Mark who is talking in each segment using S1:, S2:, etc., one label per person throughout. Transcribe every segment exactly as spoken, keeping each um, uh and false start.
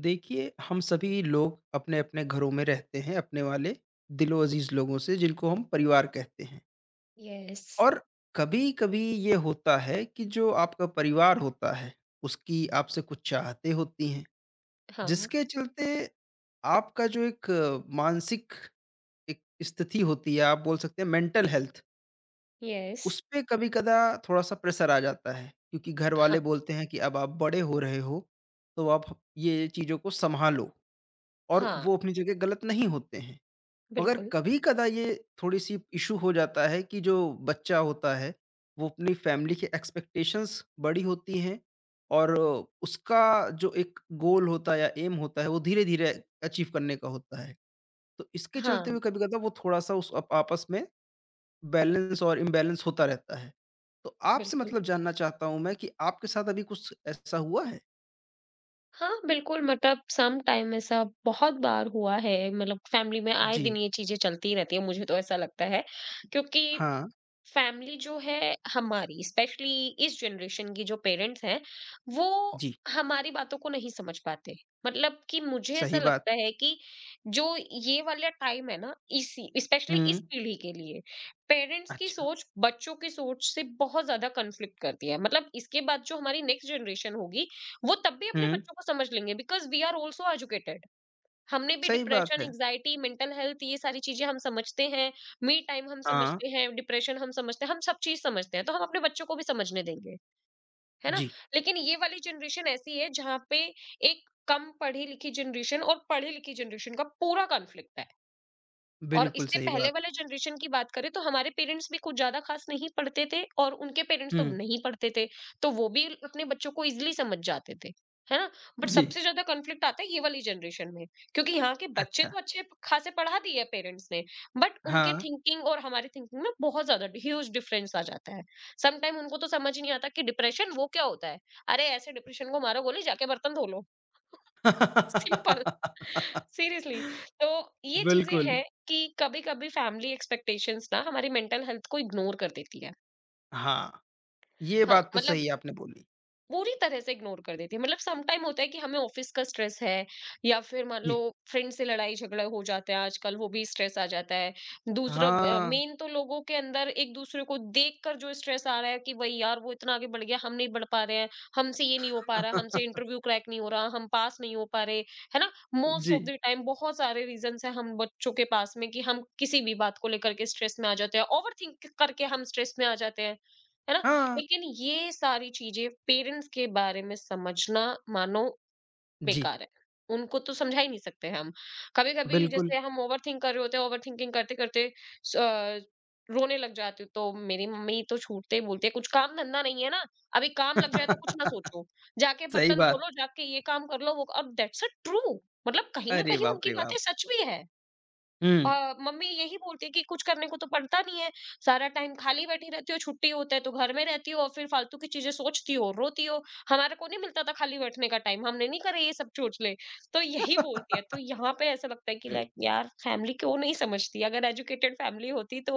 S1: देखिए, हम सभी लोग अपने-अपने घरों में रहते हैं, अपने वाले दिलो अज़ीज़ लोगों से जिनको हम परिवार कहते हैं।
S2: यस।
S1: और कभी-कभी ये होता है कि जो आपका परिवार होता है, उसकी आपसे कुछ चाहतें होती हैं,
S2: हाँ।
S1: जिसके चलते आपका जो एक अ, मानसिक एक स्थिति होती है, आप बोल सकते हैं मेंटल हेल्थ,
S2: यस।
S1: उसपे कभी-कदा थोड़ा-सा प्रेशर आ जाता है। क्योंकि घर वाले
S2: हाँ।
S1: बोलते हैं कि अब आप बड़े हो रहे हो, तो आप ये चीज़ों को सँभालो। और
S2: हाँ,
S1: वो अपनी जगह गलत नहीं होते हैं। मगर
S2: बिल्कुल।
S1: कभी-कदा ये थोड़ी-सी इश्यू हो जाता है कि जो बच्चा होता है, वो अपनी फैमिली की एक्सपेक्टेशंस बड़ी होती हैं और उसका जो एक गोल होता है या एम होता है, वो धीरे-धीरे अचीव करने का होता है। तो इसके चलते
S2: हाँ,
S1: हुए कभी-कदा वो थोड़ा-सा उस अप आपस में बैलेंस और इम्बैलेंस होता रहता है। तो आपसे
S2: बिल्कुल।
S1: मतलब जानना चाहता हूँ मैं कि आपके साथ अभी कुछ ऐसा हुआ है?
S2: हाँ, बिल्कुल मतलब सम टाइम ऐसा बहुत बार हुआ है, मतलब फैमिली में आए
S1: जी।
S2: दिन ये चीज़ें चलती रहती है, मुझे तो ऐसा लगता है क्योंकि
S1: हाँ।
S2: फैमिली जो है हमारी, स्पेशली इस जनरेशन की जो पेरेंट्स हैं, वो
S1: जी,
S2: हमारी बातों को नहीं समझ पाते। मतलब कि मुझे ऐसा
S1: सही बात।
S2: लगता है कि जो ये वाला टाइम है ना, इसी स्पेशली
S1: हुँ।
S2: इस पीढ़ी के लिए पेरेंट्स की
S1: अच्छा।
S2: सोच बच्चों की सोच से बहुत ज्यादा कन्फ्लिक्ट करती है। मतलब इसके बाद जो हमारी नेक्स्ट जनरेशन होगी, वो तब भी अपने
S1: हुँ।
S2: बच्चों को समझ लेंगे because we are also educated. हमने भी
S1: सही बात
S2: डिप्रेशन,
S1: है।
S2: एंग्जायटी, मेंटल हेल्थ ये सारी चीज़ें हम समझते हैं, मी टाइम हम
S1: हाँ,
S2: समझते हैं, डिप्रेशन हम समझते हैं, हम सब चीज़ समझते हैं, तो हम अपने बच्चों को भी समझने देंगे, है ना?
S1: जी,
S2: लेकिन ये वाली जनरेशन ऐसी है जहाँ पे एक कम पढ़ी-लिखी जनरेशन और पढ़ी-लिखी जनरेशन का पूरा कॉन्फ्लिक्ट है। और
S1: बिल्कुल
S2: इससे
S1: सही
S2: पहले
S1: बात।
S2: वाले जनरेशन की बात करें तो हमारे पेरेंट्स भी कुछ ज्यादा खास नहीं पढ़ते थे और उनके पेरेंट्स
S1: हुँ,
S2: तो नहीं पढ़ते थे, तो वो भी अपने बच्चों को इजिली समझ जाते थे, है ना। बट
S1: जी,
S2: सबसे ज्यादा कॉन्फ्लिक्ट आता है ये वाली जनरेशन में, क्योंकि यहाँ के बच्चे
S1: अच्छा,
S2: तो अच्छे खासे पढ़ा दिए पेरेंट्स ने, बट उनके
S1: हाँ।
S2: थिंकिंग और हमारे थिंकिंग में बहुत ज्यादा ह्यूज डिफरेंस आ जाता है। समटाइम उनको तो समझ ही नहीं आता कि डिप्रेशन वो क्या होता है। अरे ऐसे डिप्रेशन को मारो गोली, जाके बर्तन धो लो, सिंपल। सीरियसली। तो ये चीजें
S1: बिल्कुल,
S2: हैं कि कभी कभी फैमिली एक्सपेक्टेशंस ना हमारी मेंटल हेल्थ को इग्नोर कर देती है।
S1: हाँ, ये
S2: हाँ,
S1: बात तो
S2: मतलब
S1: सही आपने बोली।
S2: पूरी तरह से इग्नोर कर देती है। मतलब सम टाइम होता है कि हमें ऑफिस का स्ट्रेस है या फिर मान लो
S1: जी,
S2: फ्रेंड से लड़ाई झगड़ा हो जाता है, आजकल वो भी स्ट्रेस आ जाता है। दूसरा
S1: हाँ,
S2: मेन तो लोगों के अंदर एक दूसरे को देख कर जो स्ट्रेस आ रहा है कि भाई यार वो इतना आगे बढ़ गया, हम नहीं बढ़ पा रहे हैं, हमसे ये नहीं हो पा रहा, हमसे इंटरव्यू क्रैक नहीं हो रहा, हम पास नहीं हो पा रहे, है ना। मोस्ट ऑफ
S1: जी,
S2: द टाइम बहुत सारे रीजंस है हम बच्चों के पास में कि हम किसी भी बात को लेकर के स्ट्रेस में आ जाते हैं, ओवर थिंक करके हम स्ट्रेस में आ जाते हैं, है ना।
S1: हाँ,
S2: लेकिन ये सारी चीजें पेरेंट्स के बारे में समझना मानो
S1: जी,
S2: बेकार है। उनको तो समझा ही नहीं सकते हम। कभी-कभी
S1: बिल्कुल।
S2: जैसे हम ओवरथिंक कर रहे होते हैं, ओवरथिंकिंग करते-करते स अ, रोने लग जाती हूँ, तो मेरी मम्मी तो छूटते ही बोलती है, "कुछ काम धंधा नहीं है ना? अभी काम लग जाए तो कुछ ना सोचो। जाके
S1: सही
S2: बर्तन धो
S1: बात,
S2: लो, जाके ये काम कर लो, वो।" और दैट्स अ ट्रू। मतलब कहीं न
S1: अरे
S2: कहीं
S1: बाप
S2: उनकी
S1: रे बाप!
S2: बातें सच भी है।
S1: हुँ।
S2: अ, मम्मी यही बोलती है कि कुछ करने को तो पड़ता नहीं है, सारा टाइम खाली बैठी रहती हो, छुट्टी होता है तो घर में रहती हो और फिर फालतू की चीजें सोचती हो, रोती हो। हमारे को नहीं मिलता था खाली बैठने का टाइम, हमने नहीं करे ये सब चोचले। तो यही बोलती है। तो यहाँ पे ऐसा लगता है कि लाइक यार फैमिली क्यों नहीं समझती। अगर एजुकेटेड फैमिली होती तो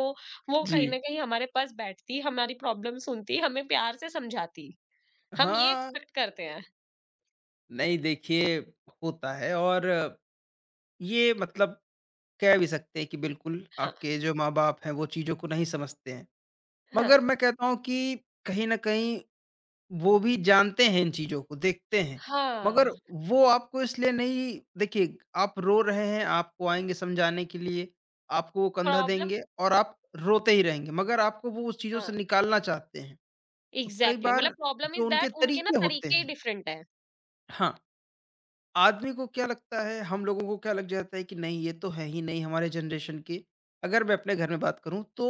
S2: वो कहीं ना
S1: जी,
S2: कहीं हमारे पास बैठती, हमारी प्रॉब्लम सुनती, हमें प्यार से समझाती, हम ये
S1: हाँ,
S2: एक्सपेक्ट करते हैं।
S1: नहीं देखिए होता है और ये मतलब कह भी सकते हैं कि बिल्कुल,
S2: हाँ,
S1: आपके जो माँ-बाप हैं, वो चीज़ों को नहीं समझते हैं।
S2: हाँ,
S1: मगर मैं कहता हूँ कि कहीं न कहीं वो भी जानते हैं इन चीज़ों को, देखते हैं। मगर
S2: हाँ।
S1: वो आपको इसलिए नहीं देखिए, आप रो रहे हैं, आपको आएँगे समझाने के लिए, आपको वो कंधा
S2: प्रॉब्लम।
S1: देंगे और आप रोते ही रहेंगे, मगर आपको वो उस चीज़ों से
S2: हाँ।
S1: निकालना चाहते हैं। तो कई
S2: एग्ज़ैक्टली
S1: बार
S2: मतलब प्रॉब्लम
S1: जो
S2: इज़
S1: उनके
S2: दैट उनके ना
S1: तरीके होते
S2: तरीके ही
S1: हैं
S2: डिफरेंट हैं।
S1: हाँ। आदमी को क्या लगता है हम लोगों को क्या लग जाता है कि नहीं ये तो है ही नहीं हमारे जनरेशन की। अगर मैं अपने घर में बात करूँ तो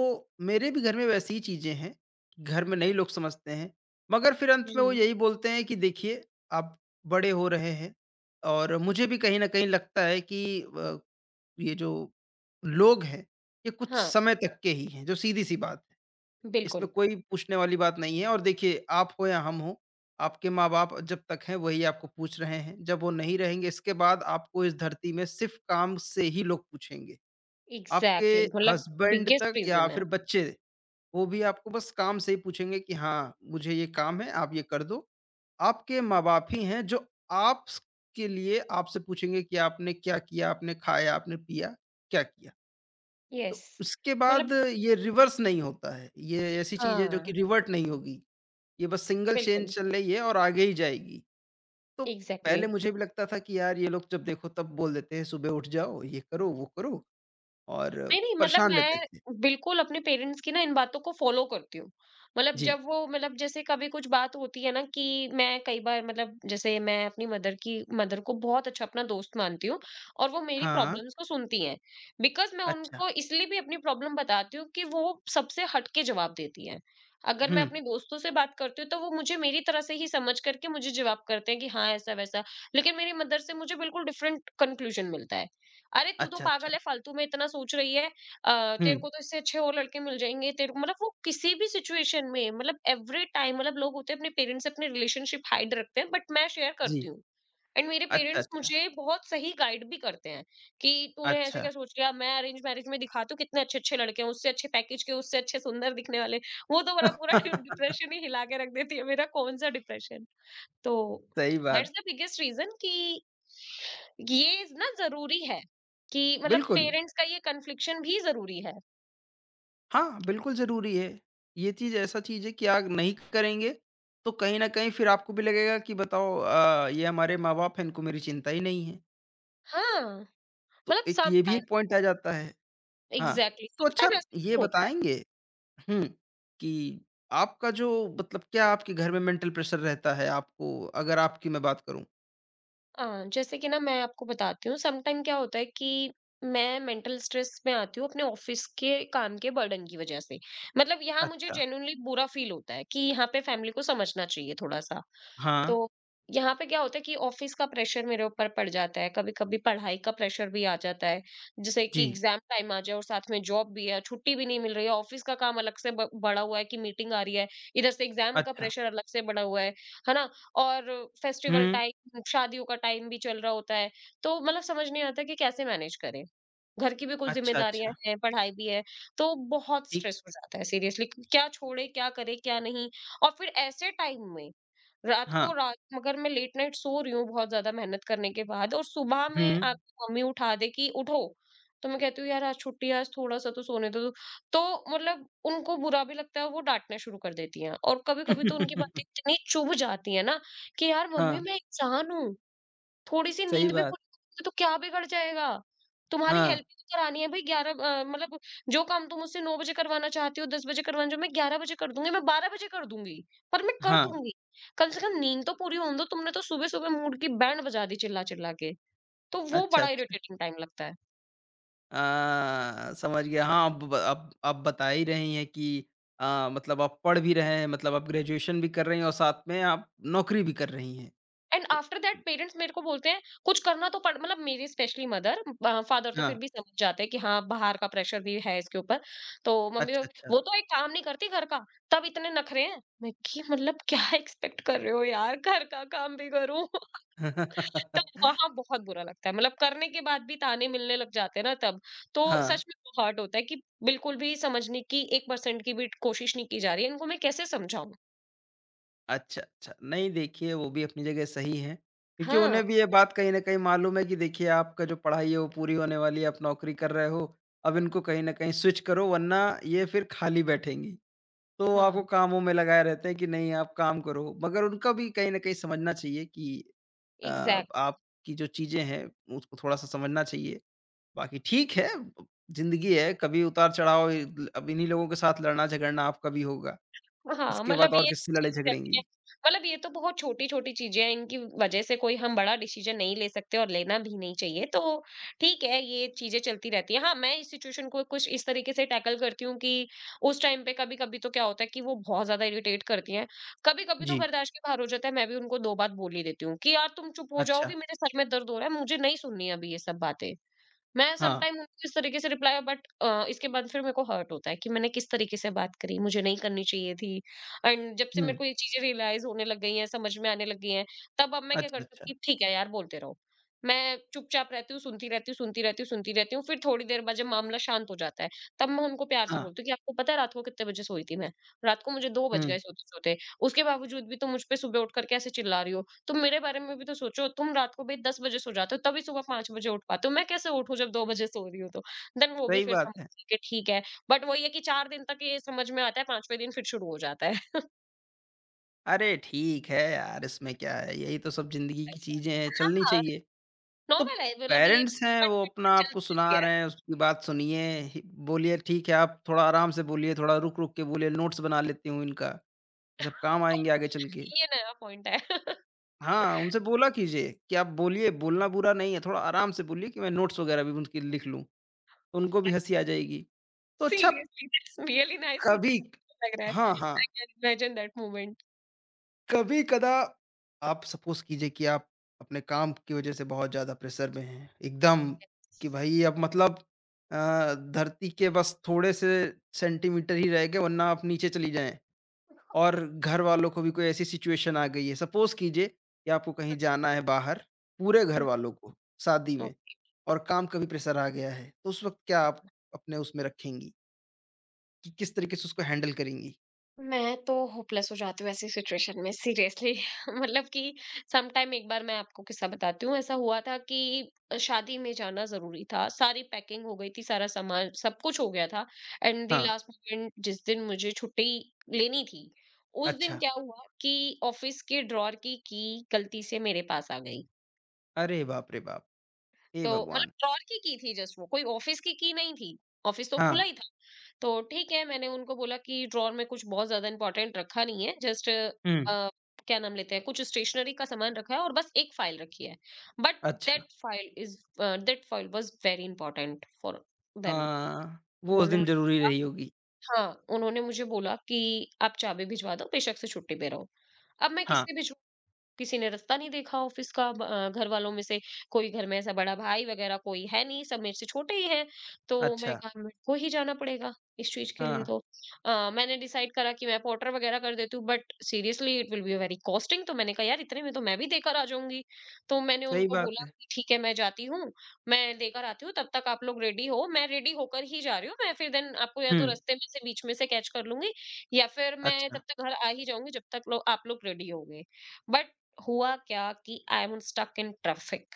S1: मेरे भी घर में वैसी ही चीज़ें हैं, कि घर में नहीं लोग समझते हैं। मगर फिर अंत में वो
S2: जी।
S1: यही बोलते हैं कि देखिए आप बड़े हो रहे हैं और मुझे भी कहीं न कहीं लगता है कि अ, ये जो लोग हैं, ये कुछ
S2: हाँ,
S1: समय तक के ही हैं, जो सीधी-सी बात है। इसमें
S2: बिल्कुल,
S1: कोई पूछने वाली बात नहीं है और देखिए आप हो या हम हो, आपके माँ-बाप जब तक हैं वही आपको पूछ रहे हैं, जब वो नहीं रहेंगे इसके बाद आपको इस धरती में सिर्फ़ काम से ही लोग पूछेंगे। आपके
S2: एग्ज़ैक्टली मतलब
S1: हस्बैंड
S2: बिगेस्ट
S1: तक या
S2: रीज़न है।
S1: फिर बच्चे, वो भी आपको बस काम से ही पूछेंगे कि हाँ, मुझे ये काम है आप ये कर दो। आपके माँ-बाप ही हैं जो आप स के लिए आपसे पूछेंगे कि आपने क्या किया? आपने खाया, आपने पिया, क्या किया? तो
S2: यस
S1: उसके बाद
S2: मतलब
S1: ये रिवर्स नहीं होता है। ये ऐसी चीज़ है जो कि
S2: हाँ,
S1: रिवर्ट नहीं होगी। ये बस सिंगल चेन
S2: बिल्कुल।
S1: चल रही है और आगे ही जाएगी। तो
S2: एग्ज़ैक्टली।
S1: पहले मुझे भी लगता था कि यार ये लोग जब देखो तब बोल देते हैं सुबह उठ जाओ, ये करो, वो करो और
S2: नहीं, नहीं मतलब
S1: परेशान रहते
S2: मैं
S1: थे।
S2: बिल्कुल अपने पेरेंट्स की ना इन बातों को फ़ॉलो करती हूँ। मतलब
S1: जी।
S2: जब वो मतलब जैसे कभी कुछ बात होती है ना कि मैं कई बार, मतलब जैसे मैं अपनी मदर की, मदर को बहुत अच्छा अपना दोस्त मानती हूँ और वो मेरी
S1: हाँ,
S2: प्रॉब्लम्स को सुनती हैं। बिकॉज़ मैं
S1: अच्छा।
S2: उनको इसलिए भी अपनी प्रॉब्लम बताती हूँ कि वो सबसे हट के जवाब देती हैं। अगर
S1: हुँ।
S2: मैं अपने दोस्तों से बात करती हूँ तो वो मुझे मेरी तरह से ही समझ करके मुझे जवाब करते हैं कि हाँ, ऐसा-वैसा। लेकिन मेरी मदर से मुझे बिल्कुल डिफरेंट कन्क्लूज़न मिलता है। अरे तू तो
S1: अच्छा, अच्छा।
S2: पागल है, फालतू में इतना सोच रही है। अ,
S1: हुँ।
S2: तेरे को तो इससे अच्छे और लड़के मिल जाएँगे। तेरे को मतलब वो किसी भी सिचुएशन में, मतलब एवरी टाइम, मतलब लोग होते हैं अपने पेरेंट्स से अपनी रिलेशनशिप हाइड रखते हैं, बट मैं शेयर करती
S1: जी।
S2: हूँ। एंड मेरे
S1: अच्छा,
S2: पेरेंट्स
S1: अच्छा।
S2: मुझे बहुत सही गाइड भी करते हैं कि तूने ऐसे
S1: अच्छा।
S2: क्या सोच लिया? मैं अरेंज मैरेज में दिखाती हूँ कितने अच्छे-अच्छे लड़के हैं, उससे अच्छे पैकेज के, उससे अच्छे सुंदर दिखने वाले। वो तो मतलब पूरा डिप्रेशन ही हिला के रख देती है मेरा, कौन-सा डिप्रेशन। तो
S1: सही बात।
S2: दैट्स द बिगेस्ट रीजन कि ये ना जरूरी है, कि मतलब
S1: बिल्कुल।
S2: पेरेंट्स का ये कन्फ्लिक्शन भी जरूरी है।
S1: हाँ, बिल्कुल ज़रूरी है। ये चीज़ ऐसा चीज़ है कि आप नहीं करेंगे, तो कहीं न कहीं फिर आपको भी लगेगा कि बताओ अ, ये हमारे माँ-बाप हैं, इनको मेरी चिंता ही नहीं है।
S2: हाँ
S1: तो
S2: मतलब
S1: एक ये भी
S2: समटाइम,
S1: एक पॉइंट आ जाता है। हाँ,
S2: एग्जैक्टली
S1: तो अच्छा
S2: समटाइम ऐसा
S1: ये
S2: भी होता है।
S1: बताएँगे हुँ, कि आपका जो मतलब क्या आपके घर में मेंटल प्रेशर रहता है आपको अगर आपकी मैं बात करूँ?
S2: हाँ जैसे कि ना मैं आपको बताती हूँ समटाइम क्या होता है कि मैं मेंटल स्ट्रेस में आती हूँ अपने ऑफिस के काम के बर्डन की वजह से। मतलब यहाँ मुझे
S1: अच्छा।
S2: जेन्युइनली बुरा फील होता है कि यहाँ पे फैमिली को समझना चाहिए थोड़ा सा।
S1: हाँ,
S2: तो यहाँ पे क्या होता है कि ऑफिस का प्रेशर मेरे ऊपर पड़ जाता है, कभी-कभी पढ़ाई का प्रेशर भी आ जाता है। जैसे कि
S1: जी।
S2: एग्जाम टाइम आ जाए और साथ में जॉब भी है, छुट्टी भी नहीं मिल रही है, ऑफिस का काम अलग से ब बढ़ा हुआ है कि मीटिंग आ रही है, इधर से एग्जाम का
S1: अच्छा।
S2: प्रेशर अलग से बढ़ा हुआ है, है ना? और फेस्टिवल
S1: हुँ।
S2: टाइम, शादियों का टाइम भी चल रहा होता है। तो मतलब समझ नहीं आता कि कैसे मैनेज करें। घर की भी कुछ
S1: अच्छा,
S2: ज़िम्मेदारियाँ
S1: अच्छा।
S2: हैं, पढ़ाई भी है, तो बहुत
S1: ठीक।
S2: स्ट्रेस हो जाता है सीरियसली। क्या छोड़े, क्या करे, क्या नहीं? और फिर ऐसे टाइम में रात
S1: हाँ।
S2: को रात, मगर मैं लेट नाइट सो रही हूँ बहुत ज़्यादा मेहनत करने के बाद और सुबह
S1: हुँ।
S2: में आपकी मम्मी उठा दे कि उठो, तो मैं कहती हूँ यार आज छुट्टी है, आज थोड़ा-सा तो सोने दो। तो मतलब उनको बुरा भी लगता है, वो डाँटना शुरू कर देती हैं और कभी-कभी तो उनकी बातें इतनी चुभ जाती हैं ना कि यार
S1: हाँ,
S2: मम्मी मैं इंसान हूँ। थोड़ी सी
S1: सही
S2: नींद भी
S1: बात।
S2: पूरी करोगे तो क्या बिगड़ जाएगा? तुम्हारी
S1: हाँ,
S2: हेल्प ही तो करानी है भाई। ग्यारह, अ, मतलब जो काम तुम मुझसे नौ बजे करवाना चाहती हो, दस बजे करवाना चाहो, मैं ग्यारह बजे कर दूँगी, मैं बारह बजे कर दूँगी, पर मैं कर
S1: हाँ।
S2: दूँगी। कम से कम नींद तो पूरी होने दो, तुमने तो सुबह-सुबह मूड की बैंड बजा दी चिल्ला-चिल्ला के। तो वो
S1: अच्छा,
S2: बड़ा
S1: अच्छा।
S2: इरिटेटिंग टाइम लगता है।
S1: अ, समझ गया। हाँ, अब ब अब आप बता ही रही हैं कि अ, मतलब आप पढ़ भी रहे हैं, मतलब आप ग्रेजुएशन भी कर रही हैं और साथ में आप नौकरी भी कर रही हैं।
S2: एंड
S1: तो
S2: आफ्टर दैट पेरेंट्स मेरे को बोलते हैं कुछ करना तो पड़, मतलब मेरी स्पेशली मदर। फादर तो
S1: हाँ,
S2: फिर भी समझ जाते हैं कि हाँ बाहर का प्रेशर भी है इसके ऊपर, तो मम्मी
S1: अच्छा,
S2: तो-
S1: अच्छा।
S2: वो तो एक काम नहीं करती घर का, तब इतने नखरे हैं मैं कि, मतलब क्या एक्सपेक्ट कर रहे हो यार, घर का काम भी करूं। तो वहां बहुत बुरा लगता है, मतलब करने के बाद भी ताने मिलने लग जाते हैं ना तब। तो
S1: हाँ,
S2: सच में हर्ट होता है कि बिल्कुल भी समझने की एक परसेंट की भी कोशिश नहीं की जा रही है, इनको मैं कैसे समझाऊं।
S1: अच्छा, अच्छा। नहीं देखिए, वो भी अपनी जगह सही है, क्योंकि
S2: हाँ।
S1: उन्हें भी ये बात कहीं न कहीं मालूम है कि देखिए आपका जो पढ़ाई है वो पूरी होने वाली है, आप नौकरी कर रहे हो, अब इनको कहीं न कहीं स्विच करो वरना ये फिर खाली बैठेंगी। तो आपको
S2: हाँ।
S1: कामों में लगाए रहते हैं कि नहीं आप काम करो। मगर उनका भी कहीं न कहीं समझना चाहिए कि अ,
S2: एग्जैक्टली।
S1: आपकी जो चीज़ें हैं उसको थोड़ा-सा समझना चाहिए। बाकी ठीक है, ज़िंदगी है कभी उतार-चढ़ाव इ अब इन्हीं लोगों के साथ लड़ना-झगड़ना आपका भी होगा।
S2: हाँ,
S1: इसके
S2: मतलब
S1: बाद और
S2: ये
S1: किससे
S2: चीज़ें चलती
S1: लड़ाई-झगड़ेंगी?
S2: हैं। मतलब ये तो बहुत छोटी-छोटी चीज़ें हैं, इनकी वजह से कोई हम बड़ा डिसीज़न नहीं ले सकते और लेना भी नहीं चाहिए। तो ठीक है, ये चीज़ें चलती रहती हैं। हाँ, मैं इस सिचुएशन को कुछ इस तरीके से टैकल करती हूँ कि उस टाइम पे कभी-कभी तो क्या होता है कि वो बहुत ज़्यादा इरिटेट करती हैं। कभी-कभी तो
S1: जी,
S2: बर्दाश्त के बाहर हो जाता है, मैं भी उनको दो बात बोल ही देती हूँ कि, "यार, तुम चुप हो जाओ
S1: अच्छा,
S2: कि मेरे सर में दर्द हो रहा है, मुझे नहीं सुननी अभी ये सब बातें।" मैं
S1: हाँ,
S2: समटाइम उनको इस तरीके से रिप्लाई, बट अ, इसके बाद फिर मेरे को हर्ट होता है कि मैंने किस तरीके से बात करी, मुझे नहीं करनी चाहिए थी। एंड जब से
S1: हुँ,
S2: मेरे को ये चीजें रियलाइज होने लग गई हैं, समझ में आने लग गई हैं, तब अब मैं क्या
S1: अच्छा,
S2: करती हूँ
S1: अच्छा,
S2: कि ठीक है यार बोलते रहो, मैं चुपचाप रहती हूँ, सुनती रहती हूँ, सुनती रहती हूँ, सुनती रहती हूँ। फिर थोड़ी देर बाद जब मामला शांत हो जाता है तब मैं उनको प्यार से
S1: हाँ,
S2: बोलती हूँ कि आपको पता है रात को कितने बजे सोई थी मैं। रात को मुझे दो बज
S1: हुँ,
S2: गए सोते सोते, उसके बावजूद भी तुम मुझ पे सुबह उठ करके ऐसे चिल्ला रही हो। तुम मेरे बारे में भी तो सोचो, तुम रात को भाई दस बजे सो जाते हो, तभी सुबह पाँच बजे उठ पाते हो, मैं कैसे उठूँ जब दो बजे सो रही हूँ तो? देन वो भी
S1: सही
S2: फिर
S1: बात
S2: समझ
S1: है।
S2: गई कि ठीक है। बट वही है कि चार दिन तक ये समझ में आता है, 5वें दिन फिर शुरू हो जाता है।
S1: अरे ठीक है यार, इसमें क्या है? यही तो सब ज़िंदगी की चीज़ें हैं, चलनी
S2: हाँ,
S1: चाहिए। तो
S2: नॉर्मल है मतलब ये
S1: पेरेंट्स हैं,
S2: फट
S1: वो
S2: फट
S1: अपना आपको
S2: चलती रहती
S1: सुना
S2: है।
S1: रहे हैं, उसकी बात सुनिए, हि बोलिए ठीक है, आप थोड़ा आराम से बोलिए, थोड़ा रुक-रुक के बोलिए, नोट्स बना लेती हूँ इनका, ये सब काम आएँगे आगे चल
S2: ये
S1: के।
S2: नया पॉइंट है।
S1: हाँ, उनसे बोला कीजिए कि आप बोलिए, बोलना बुरा नहीं है, थोड़ा आराम से बोलिए कि मैं नोट्स वगैरह भी उनकी लिख लूँ, तो उनको भी हँसी आ जाएगी। तो अच्छा
S2: सीरियसली दैट्स रियली नाइस मुझे
S1: कभी
S2: लग रहा है।
S1: हाँ, हाँ।
S2: I can imagine that moment.
S1: कभी कदा आप सपोज कीजिए कि आप अपने काम की वजह से बहुत ज़्यादा प्रेशर में हैं, एकदम कि भाई अब मतलब अ, धरती के बस थोड़े से सेंटीमीटर ही रह गए वरना आप नीचे चली जाएँ और घर वालों को भी कोई ऐसी सिचुएशन आ गई है। सपोज कीजिए कि आपको कहीं जाना है बाहर, पूरे घर वालों को शादी में
S2: हुँ।
S1: और काम का भी प्रेशर आ गया है, तो उस वक़्त क्या आप अपने उसमें रखेंगी कि किस तरीके से उसको हैंडल करेंगी?
S2: मैं तो होपलेस हो जाती हूँ ऐसी सिचुएशन में सीरियसली। मतलब कि सम टाइम एक बार मैं आपको किस्सा बताती हूँ। ऐसा हुआ था कि शादी में जाना जरूरी था, सारी पैकिंग हो गई थी, सारा सामान सब कुछ हो गया था। एंड दी
S1: हाँ,
S2: लास्ट मोमेंट, जिस दिन मुझे छुट्टी लेनी थी, उस दिन
S1: अच्छा।
S2: क्या हुआ कि ऑफिस के ड्रॉर की की key गलती से मेरे पास आ गई।
S1: अरे बाप रे बाप! हे
S2: तो
S1: भगवान!
S2: मतलब ड्रॉअर की की थी जस्ट वो, कोई ऑफिस की की नहीं थी। ऑफिस तो
S1: हाँ।
S2: खुला ही था। तो ठीक है, मैंने उनको बोला कि ड्रॉअर में कुछ बहुत ज़्यादा इम्पोर्टेंट रखा नहीं है, जस्ट
S1: हुँ।
S2: अ, क्या नाम लेते हैं, कुछ स्टेशनरी का सामान रखा है और बस एक फाइल रखी है। बट
S1: अच्छा,
S2: that file is a, that file was very important for them.
S1: हाँ, वो उस
S2: उन्होंने
S1: दिन
S2: मुझे
S1: ज़रूरी
S2: बोला।
S1: रही होगी।
S2: हाँ, उन्होंने मुझे बोला कि आप चाबी भिजवा दो, बेशक से छुट्टी पे रहो। अब मैं
S1: हाँ,
S2: किससे भिजवाऊँ? किसी ने रास्ता नहीं देखा ऑफिस का ब- अ, घर वालों में से कोई घर में ऐसा बड़ा भाई वगैरह कोई है नहीं, सब मेरे से छोटे ही हैं। तो मैं
S1: अच्छा,
S2: कहा मेरे को ही जाना पड़ेगा इस चीज के लिए
S1: हाँ,
S2: तो। अ, मैंने डिसाइड करा कि मैं पोर्टर वगैरह कर देती हूँ, but seriously it will be very costing. तो मैंने कहा यार इतने में तो मैं भी देकर आ जाऊंगी। तो मैंने
S1: सही
S2: उनको
S1: बात
S2: बोला
S1: है।
S2: कि ठीक है मैं जाती हूँ, मैं देकर आती हूँ, तब तक आप लोग रेडी हो। मैं रेडी होकर ही जा रही हूँ। मैं फिर देन आपको या
S1: हुँ,
S2: तो रास्ते में से बीच में से कैच कर लूंगी, या फिर मैं
S1: अच्छा,
S2: तब तक घर आ ही जाऊंगी जब तक लो, आप लोग रेडी हो गए। बट हुआ क्या कि I am stuck in traffic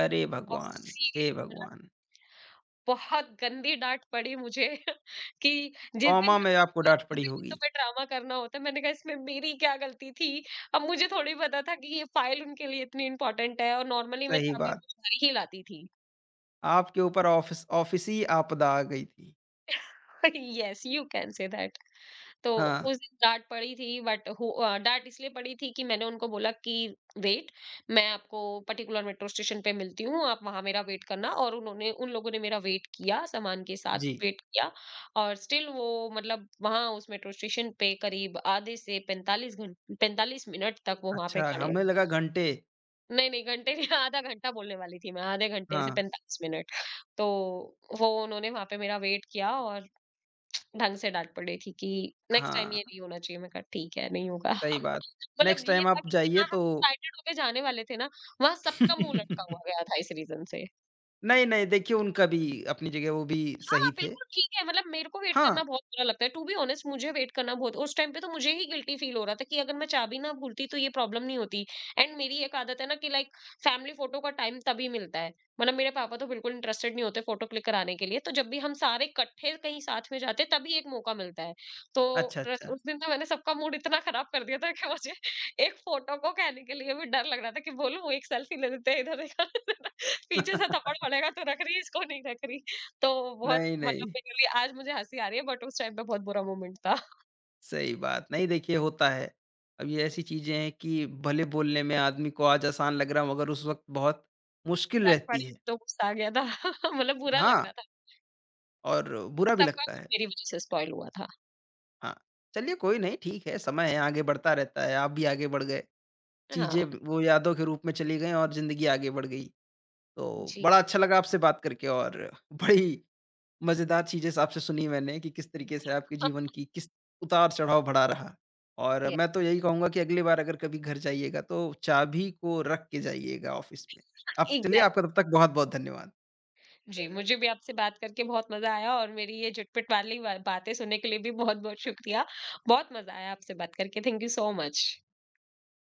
S1: अरे
S2: और
S1: भगवान!
S2: सीरियस
S1: हे
S2: मतलब
S1: भगवान!
S2: बहुत गंदी डांट पड़ी मुझे। कि जिस
S1: कॉमा
S2: दिन जाना
S1: में आपको
S2: होता है
S1: डाँट
S2: उस
S1: पड़ी
S2: दिन ही
S1: होगी,
S2: तुम्हें ड्रामा करना होता है। मैंने कहा इसमें मेरी क्या गलती थी, अब मुझे थोड़ी पता था कि ये फाइल उनके लिए इतनी इंपॉर्टेंट है, और नॉर्मली मैं
S1: सही
S2: चाबी
S1: बात।
S2: रोज घर ही लाती थी।
S1: आपके ऊपर ऑफ़िस ऑफ़िसी आपदा आ गई थी।
S2: Yes you can say that. तो
S1: हाँ,
S2: उस दिन डाँट पड़ी थी, बट हो अ, डाँट इसलिए पड़ी थी कि मैंने उनको बोला कि वेट, मैं आपको पर्टिकुलर मेट्रो स्टेशन पे मिलती हूँ, आप वहाँ मेरा वेट करना। और उन्होंने, उन लोगों ने मेरा वेट किया, सामान के साथ
S1: जी,
S2: वेट किया, और स्टिल वो मतलब वहाँ उस मेट्रो स्टेशन पे करीब आधे से पैंतालीस घं पैंतालीस मिनट तक वो वहाँ पे
S1: अच्छा,
S2: खड़े हैं।
S1: हमें लगा घंटे।
S2: नहीं, नहीं, घंटे नहीं। आधा घंटा बोलने वाली थी मैं, आधे घंटे से
S1: हाँ,
S2: पैंतालीस मिनट। तो वो उन्होंने वहाँ पे मेरा वेट किया, और ढंग से डाँट पड़ेगी कि नेक्स्ट टाइम ये
S1: हाँ,
S2: नहीं होना चाहिए। मैंने कहा ठीक है, नहीं होगा।
S1: सही बात।
S2: मतलब
S1: नेक्स्ट
S2: ये
S1: टाइम
S2: था
S1: आप
S2: कि
S1: जाइए
S2: जहाँ हम
S1: तो
S2: एक्साइटेड होके जाने वाले थे ना, वहाँ सबका मुँह लटका हुआ गया था इस रीज़न से।
S1: नहीं, नहीं, देखिए उनका भी अपनी जगह वो भी
S2: हाँ,
S1: सही थे।
S2: बिल्कुल ठीक है, मतलब मेरे को वेट
S1: हाँ,
S2: करना बहुत बुरा लगता है। टू बी ऑनेस्ट, मुझे वेट करना बहुत, उस टाइम पे तो मुझे ही गिल्टी फ़ील हो रहा था कि अगर मैं चाबी ना भूलती तो ये प्रॉब्लम नहीं होती। एंड मेरी एक आदत है ना कि लाइक फैमिली फ़ोटो का टाइम तभी मिलता है, मतलब मेरे पापा तो बिल्कुल इंटरेस्टेड नहीं होते फ़ोटो क्लिक कराने के लिए, तो जब भी हम सारे इकट्ठे कहीं साथ में जाते हैं तभी एक मौका मिलता है। तो
S1: अच्छा,
S2: रस
S1: अच्छा।
S2: उस दिन तो मैंने सबका मूड इतना ख़राब कर दिया था कि मुझे एक फ़ोटो को कहने के लिए भी डर लग रहा था कि बोलूँ एक सेल्फी ले लेते हैं इधर देखा। पीछे से थप्पड़ पड़ेगा तो रख रही है इसको नहीं रख रही। तो बहुत
S1: नहीं,
S2: मतलब
S1: नहीं।
S2: मेरे लिए आज मुझे हँसी आ रही है, बट उस टाइम पे बहुत बुरा मोमेंट था।
S1: सही बात। नहीं देखिए होता है। अब ये ऐसी चीज़ें हैं कि भले बोलने में आदमी को आज आसान लग रहा हो मगर उस वक़्त बहुत मुश्किल
S2: डाँट
S1: रहती
S2: पड़ी
S1: है।
S2: तो गुस्सा आ गया था। मतलब बुरा लग
S1: हाँ,
S2: रहा था।
S1: और बुरा भी
S2: सबका
S1: लगता
S2: मूड
S1: है।
S2: मेरी वज़ह से स्पॉइल हुआ था।
S1: हाँ, चलिए कोई नहीं ठीक है समय है आगे बढ़ता रहता है। आप भी आगे बढ़ गए। चीज़ें
S2: हाँ,
S1: वो यादों के रूप में चली गई और ज़िंदगी आगे बढ़ गई। तो
S2: जी।
S1: बड़ा अच्छा लगा आपसे बात करके और बड़ी मज़ेदार चीज़ें स आपसे सुनी मैंने कि किस तरीके से आपके जीवन की किस उतार-चढ़ाव भरा रहा। और
S2: ये
S1: मैं तो यही कहूँगा कि अगली बार अगर कभी घर जाइएगा तो चाबी को रख के जाइएगा ऑफ़िस में। आप चलिए
S2: एग्ज़ैक्ट
S1: आपका तब तक बहुत-बहुत धन्यवाद।
S2: जी, मुझे भी आपसे बात करके बहुत मज़ा आया, और मेरी ये झटपट वाली ब बातें सुनने के लिए भी बहुत-बहुत शुक्रिया। बहुत मज़ा आया आपसे बात करके। Thank you so much.